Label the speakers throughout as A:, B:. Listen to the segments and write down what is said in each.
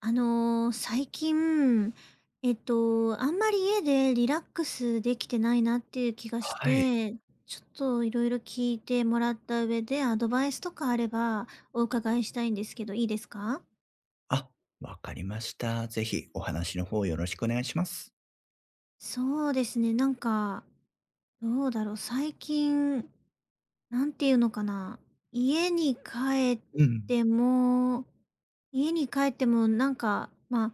A: 最近、あんまり家でリラックスできてないなっていう気がし
B: はい。
A: て、ちょっといろいろ聞いてもらった上で、アドバイスとかあればお伺いしたいんですけど、いいですか？
B: あ、わかりました。ぜひお話の方よろしくお願いします。
A: そうですね、なんか、どうだろう、最近なんていうのかな、家に帰っ
B: うん。
A: ても家に帰ってもなんか、まあ、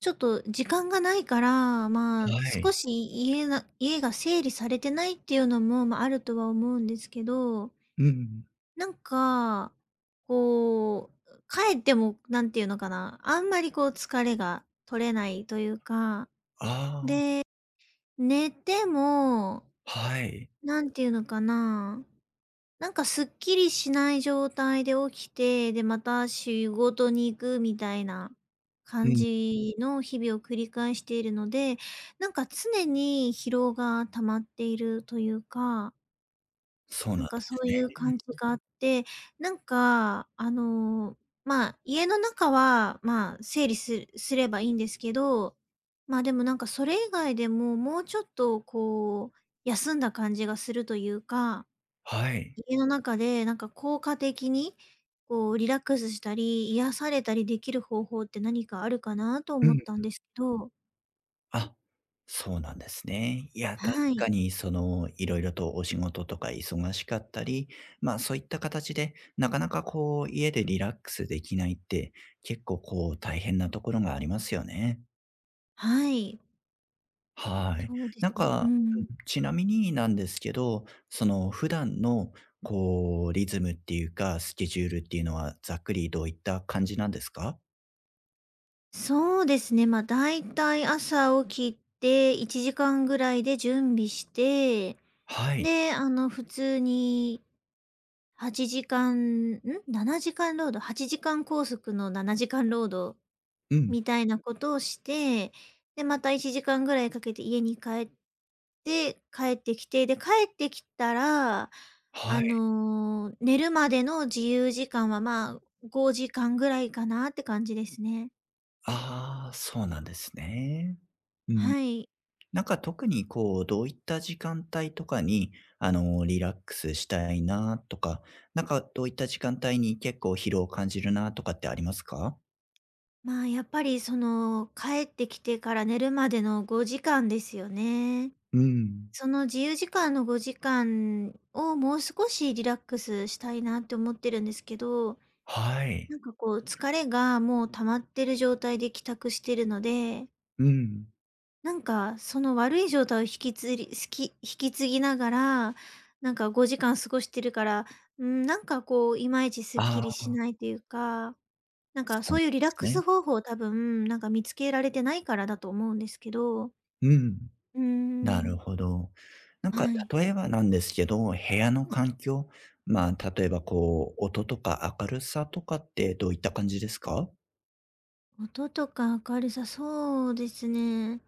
A: ちょっと時間がないから、まあ、
B: は
A: 少
B: い。
A: し家が整理されてないっていうのも、まあ、あるとは思うんですけど、
B: うん。
A: なんか、こう、帰ってもなんていうのかな、あんまりこう疲れが取れないというか、
B: ああ、
A: 寝ても、
B: はい。
A: なんていうのかな、なんかすっきりしない状態で起きて、で、また仕事に行くみたいな
B: う
A: 感
B: ん。
A: じの日々を繰り返しているので、なんか常に疲労が溜まっているというか、
B: そう
A: な
B: な
A: ん
B: ん
A: か
B: で
A: そ
B: す
A: ういう感じ
B: ね。
A: があって、なんか、まあ、家の中は、まあ、整理すればいいんですけど、まあ、でもなんかそれ以外でも、もうちょっとこう、休んだ感じがするというか、
B: はい。
A: 家の中で、なんか効果的に、こうリラックスしたり、癒されたりできる方法って何かあるかなと
B: う
A: 思っ
B: ん。
A: たんですけど。
B: あ、そうなんですね。いや、確
A: は
B: か
A: い。
B: にそのいろいろとお仕事とか忙しかったり、ま、あそういった形で、なかなかこう家でリラックスできないって、結構こう大変なところがありますよね。
A: はい。
B: はい。
A: そうです
B: なん
A: ね。う
B: か、うん、
A: ん。
B: ちなみになんですけど、その普段のこうリズムっていうか、スケジュールっていうのはざっくりどういった感じなんですか？
A: そうですね、まあ、だいたい朝起きて1時間ぐらいで準備して、
B: はい。
A: で、普通に8時間ん？7時間労働、8時間拘束の7時間労働
B: うん。
A: みたいなことをして、で、また1時間ぐらいかけて家に帰っで、帰ってきて、で、帰ってきたら、
B: はい。
A: 寝るまでの自由時間は、まあ、5時間ぐらいかなって感じですね。
B: ああ、そうなんですね。うん。
A: はい。
B: なんか特にこう、どういった時間帯とかに、あの、リラックスしたいなとか、なんかどういった時間帯に結構疲労を感じるなとかってありますか？
A: まあ、やっぱりその、帰ってきてから寝るまでの5時間ですよね。
B: うん。
A: その自由時間の5時間をもう少しリラックスしたいなって思ってるんですけど、
B: はい。
A: なんかこう疲れがもう溜まってる状態で帰宅してるので、
B: うん。
A: なんか、その悪い状態を引き継ぎながら、なんか5時間過ごしてるから、うん、なんかこう、いまいちすっき
B: あ
A: りし
B: あ、
A: ないというか、なん
B: そ
A: か
B: うな
A: そ
B: ん
A: う
B: で
A: いうリラッ
B: す
A: ク
B: ね。
A: ス方法を多分、なんか見つけられてないからだと思うんですけど。
B: うん。
A: うー
B: なる
A: ん、
B: ほど。なんか
A: はい。
B: 例えばなんですけど、部屋の環境、まあ、例えばこう、音とか明るさとかってどういった感じですか？
A: 音とか明るさ、そうですね。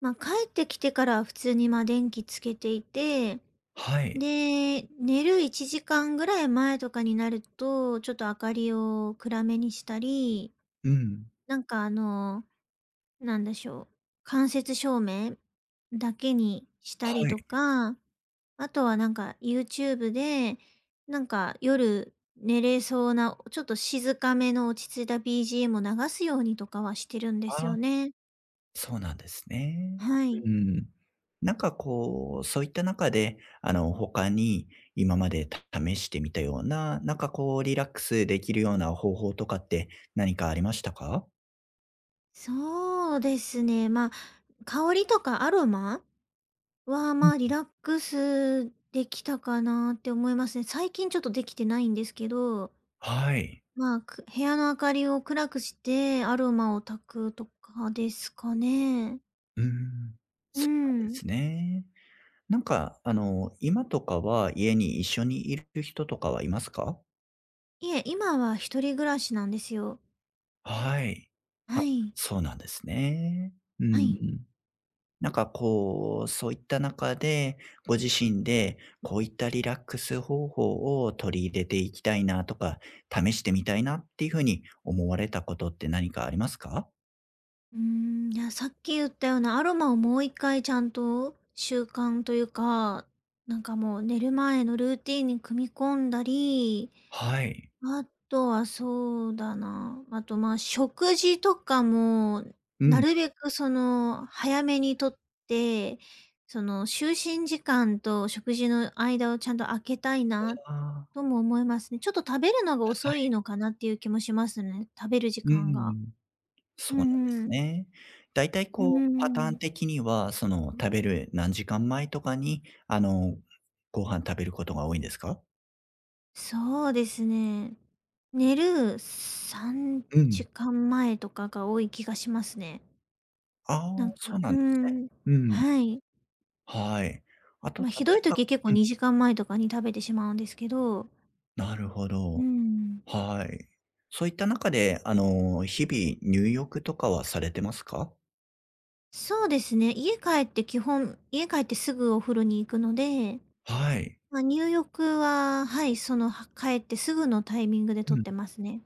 A: まあ、帰ってきてからは普通に、電気つけていて、
B: はい。
A: で、寝る1時間ぐらい前とかになると、ちょっと明かりを暗めにしたり、
B: うん。
A: なんかなんでしょう、間接照明だけにしたり
B: はい。
A: とか、あとはなんか YouTube で、なんか夜寝れそうな、ちょっと静かめの落ち着いた BGM を流すようにとかはしてるんです
B: あ、
A: よね。
B: そうなんですね。
A: はい。
B: うん。なんかこう、そういった中で、あの、他に今まで試してみたような、なんかこうリラックスできるような方法とかって何かありましたか？
A: そうですね。まあ、香りとかアロマは、
B: う
A: まあ、リ
B: ん。
A: ラックスできたかなって思いますね。最近ちょっとできてないんですけど、
B: はい。
A: まあ、部屋の明かりを暗くしてアロマを焚くとかですかね。
B: うん。
A: う
B: そうなんで
A: ん。
B: すね。なんか、あの、今とかは家に一緒にいる人とかはいますか？
A: いえ、今は一人暮らしなんですよ。
B: はい。あ、
A: はい。
B: そうなんですね。う
A: はい。
B: ん。なんかこう、そういった中で、ご自身でこういったリラックス方法を取り入れていきたいなとか、試してみたいなっていう風に思われたことって何かありますか？
A: うーん、いや、さっき言ったようなアロマをもう一回ちゃんと習慣というか、なんかもう寝る前のルーティンに組み込んだり、
B: はい。
A: あとはそうだな、あと、ま、食事とかも、
B: う
A: な
B: ん。
A: るべくその、早めにとって、その、就寝時間と食事の間をちゃんと空けたいな
B: あ
A: とも思いますね。ちょっと食べるのが
B: ーは
A: 遅いの
B: い。
A: かなっていう気もしますね、食べる時
B: う
A: 間が。
B: ん。そ
A: う
B: うなんで
A: んう
B: す
A: ん。
B: ね。だいたい
A: うんう
B: こ
A: ん
B: う、
A: うん
B: パ
A: う
B: ターン
A: ん。
B: 的には、その、食べる何時間前とかに、あの、ご飯食べることが多いんですか？
A: そうですね。寝る3
B: うん。
A: 時間前とかが多い気がしますね。
B: あ
A: な
B: あ、
A: ん
B: そう
A: か
B: な
A: う
B: んですね。
A: ん。
B: うん。
A: はい。
B: はい。あと例
A: まあ、ひどい
B: えば、
A: 時、結構
B: うん、
A: 2時間前とかに食べてしまうんですけど、
B: なるほ
A: う
B: ど。
A: ん。
B: はい。そういった中で、あの、日々入浴とかはされてますか？
A: そうですね、家帰って基本家帰ってすぐお風呂に行くので、
B: はい。
A: まあ、入浴は、はい、その、帰ってすぐのタイミングで
B: う
A: 取っ
B: ん。
A: てますね。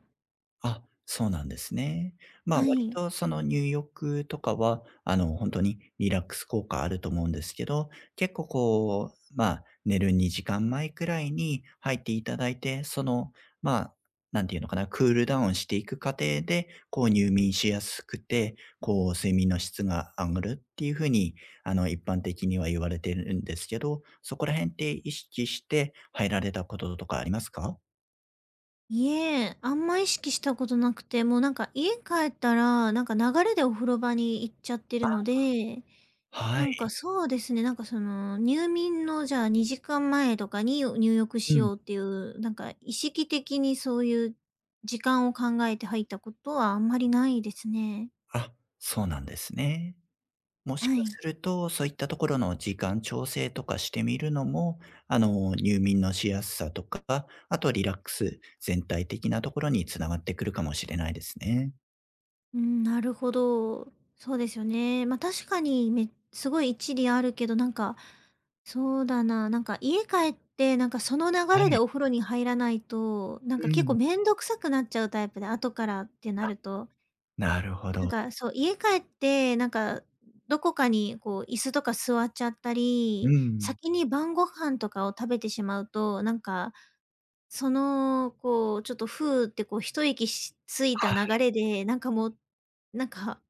B: あ、そうなんですね。まあ、
A: は
B: 割
A: い。
B: とその入浴とかは、あの、本当にリラックス効果あると思うんですけど、結構こう、まあ、寝る2時間前くらいに入っていただいて、その、まあ、なんていうのかな、クールダウンしていく過程で、こう入眠しやすくて、こう睡眠の質が上がるっていう風に、あの、一般的には言われてるんですけど、そこら辺って意識して入られたこととかありますか？
A: いえ、あんま意識したことなくて、もうなんか家帰ったら、なんか流れでお風呂場に行っちゃってる
B: あ、
A: ので、
B: は
A: なんか
B: い。
A: そうですね、なんかその、入眠のじゃあ2時間前とかに入浴
B: う
A: し
B: ん。
A: ようっていう、なんか意識的にそういう時間を考えて入ったことはあんまりないですね。
B: あ、そうなんですね。もし
A: は
B: か
A: い。
B: すると、そういったところの時間調整とかしてみるのも、あの、入眠のしやすさとか、あとリラックス全体的なところに繋がってくるかもしれないですね。
A: うん、なるほど。そうですよね。まあ確かにすごい一理あるけど、なんか、そうだな、なんか家帰って、なんかその流
B: は
A: れで
B: い。
A: お風呂に入らないと、なんか
B: う
A: 結構
B: ん。
A: めんどくさくなっちゃうタイプで、後からってなると、
B: なるほ
A: なん
B: ど。
A: か、そう、家帰って、なんか、どこかにこう椅子とか座っちゃった
B: う
A: り、
B: ん。
A: 先に晩ご飯とかを食べてしまうと、なんか、その、こう、ちょっとふうってこう一息ついた流
B: は、
A: れで、なんかもう、なんか、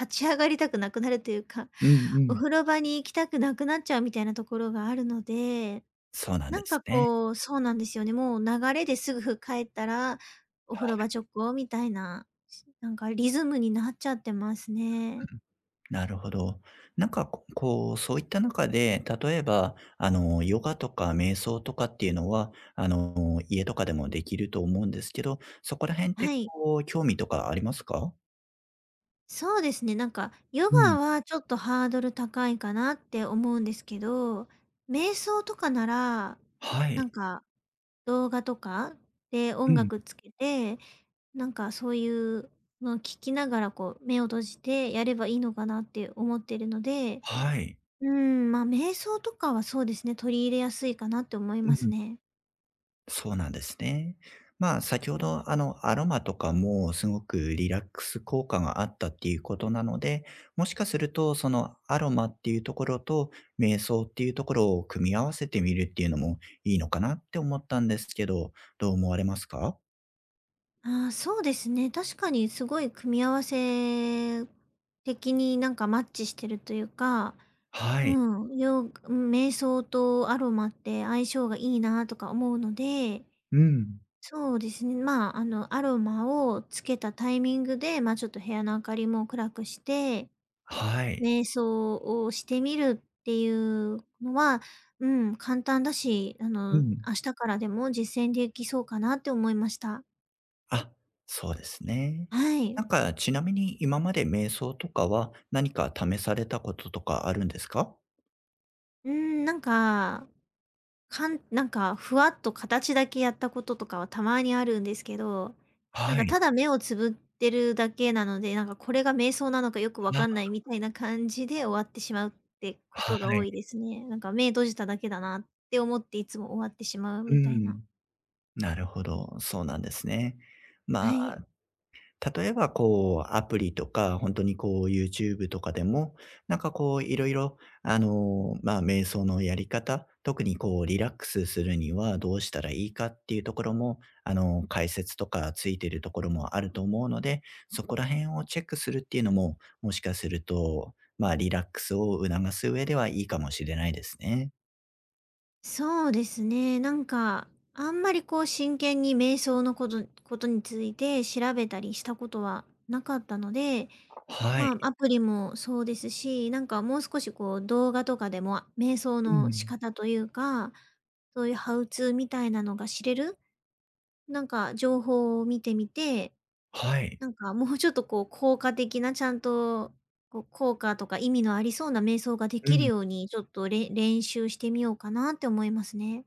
A: 立ち上がりたくなくなるというか、
B: うんう
A: お
B: ん。
A: 風呂場に行きたくなくなっちゃうみたいなところがあるので、
B: そうなん
A: な
B: で
A: ん
B: す
A: か
B: ね。
A: こう、そうなんですよね。もう流れですぐ帰ったら、お風呂場直行みたいな、なんかリズムになっちゃってますね。
B: なるほど。なんか、ここう、そういった中で、例えば、あの、ヨガとか瞑想とかっていうのは、あの、家とかでもできると思うんですけど、そこら辺って
A: はい。
B: こう、興味とかありますか？
A: そうですね、なんか、ヨ
B: うん。
A: ガはちょっとハードル高いかなって思うんですけど、瞑想とかなら、
B: はい。
A: なんか動画とかで
B: う
A: 音
B: ん。
A: 楽つけて、なんかそういうのを聞きながらこう目を閉じてやればいいのかなって思ってるので、
B: はい。
A: うん、まあ、瞑想とかはそうですね、取り入れやすいかなって思い
B: う
A: ます
B: ん。
A: ね。
B: そうなんですね。まあ、先ほど、あの、アロマとかもすごくリラックス効果があったっていうことなので、もしかすると、そのアロマっていうところと瞑想っていうところを組み合わせてみるっていうのもいいのかなって思ったんですけど、どう思われますか？
A: ああ、そうですね、確かにすごい組み合わせ的になんかマッチしてるというか、
B: はい。
A: うん、うん、瞑想とアロマって相性がいいなとか思うので、
B: うん。
A: そうですね、まあ、アロマをつけたタイミングで、ま、ちょっと部屋の明かりも暗くして
B: はい。
A: 瞑想をしてみるっていうのは、うん、簡単だし、
B: うん。
A: 明日からでも実践できそうかなって思いました。
B: あ、そうですね。
A: は
B: な
A: い。
B: んか、ちなみに今まで瞑想とかは、何か試されたこととかあるんですか？
A: うん、なんか、なんかふわっと形だけやったこととかはたまにあるんですけど、なん
B: は
A: か
B: い。
A: ただ目をつぶってるだけなので、なんかこれが瞑想なのかよくわ
B: あ、
A: かんないみたいな感じで終わってしまうってこ
B: は
A: とが多い
B: い。
A: ですね。なんか目閉じただけだなって思っていつも終わってしまう
B: う
A: みたいな。
B: ん、なるほど、そうなんですね。ま
A: はい。
B: あ、例えばこう、アプリとか、本当にこう YouTube とかでも、なんかこういろいろあの、ま、あ瞑想のやり方、特にこうリラックスするにはどうしたらいいかっていうところも、あの、解説とかついてるところもあると思うので、そこら辺をチェックするっていうのも、もしかすると、ま、あリラックスを促す上ではいいかもしれないですね。
A: そうですね。なんか、あんまりこう真剣に瞑想のことについて調べたりしたことはなかったので、
B: はい。
A: まあ、アプリもそうですし、なんかもう少しこう動画とかでも瞑想
B: う
A: の仕
B: ん。
A: 方というか、そういうハウツーみたいなのが知れる、なんか情報を見てみて、
B: はい。
A: なんかもうちょっとこう効果的なちゃんとこう効果とか意味のありそうな瞑想がで
B: う
A: きる
B: ん。
A: ようにちょっと練習してみようかなって思いますね。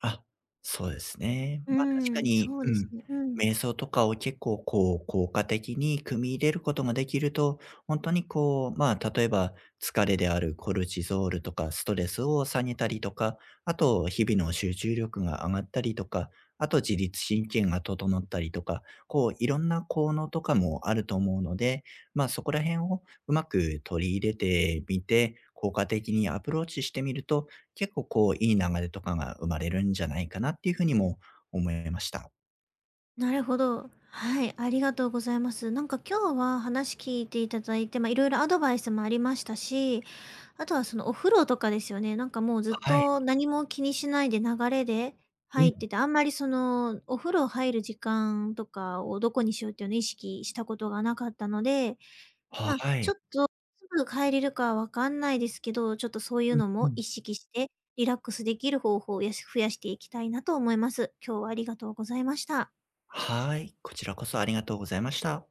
B: あ、そうですね。
A: う
B: まあ、確か
A: ん、
B: に、
A: そう
B: う
A: です
B: ん、
A: ね。うん。
B: 瞑想とかを結構こう、効果的に組み入れることができると、本当にこう、まあ、例えば疲れであるコルチゾールとかストレスを下げたりとか、あと日々の集中力が上がったりとか、あと自律神経が整ったりとか、こういろんな効能とかもあると思うので、まあ、そこら辺をうまく取り入れてみて、効果的にアプローチしてみると結構こう、いい流れとかが生まれるんじゃないかなっていうふうにも思いました。
A: なるほど。はい、ありがとうございます。なんか今日は話聞いていただいて、まあ、いろいろアドバイスもありましたし、あとはそのお風呂とかですよね。なんかもうずっ
B: はい。
A: と何も気にしないで流れで
B: うん。
A: 入ってて、あんまりそのお風呂入る時間とかをどこにしようっていうのを意識したことがなかったので、
B: は
A: まあ、ちょ
B: い。
A: っと、すぐ帰れるかわかんないですけど、ちょっとそうい
B: う
A: う
B: ん
A: の
B: う
A: も
B: ん。
A: 意識して、リラックスできる方法を増やしていきたいなと思います。今日はありがとうございました。
B: はい。こちらこそありがとうございました。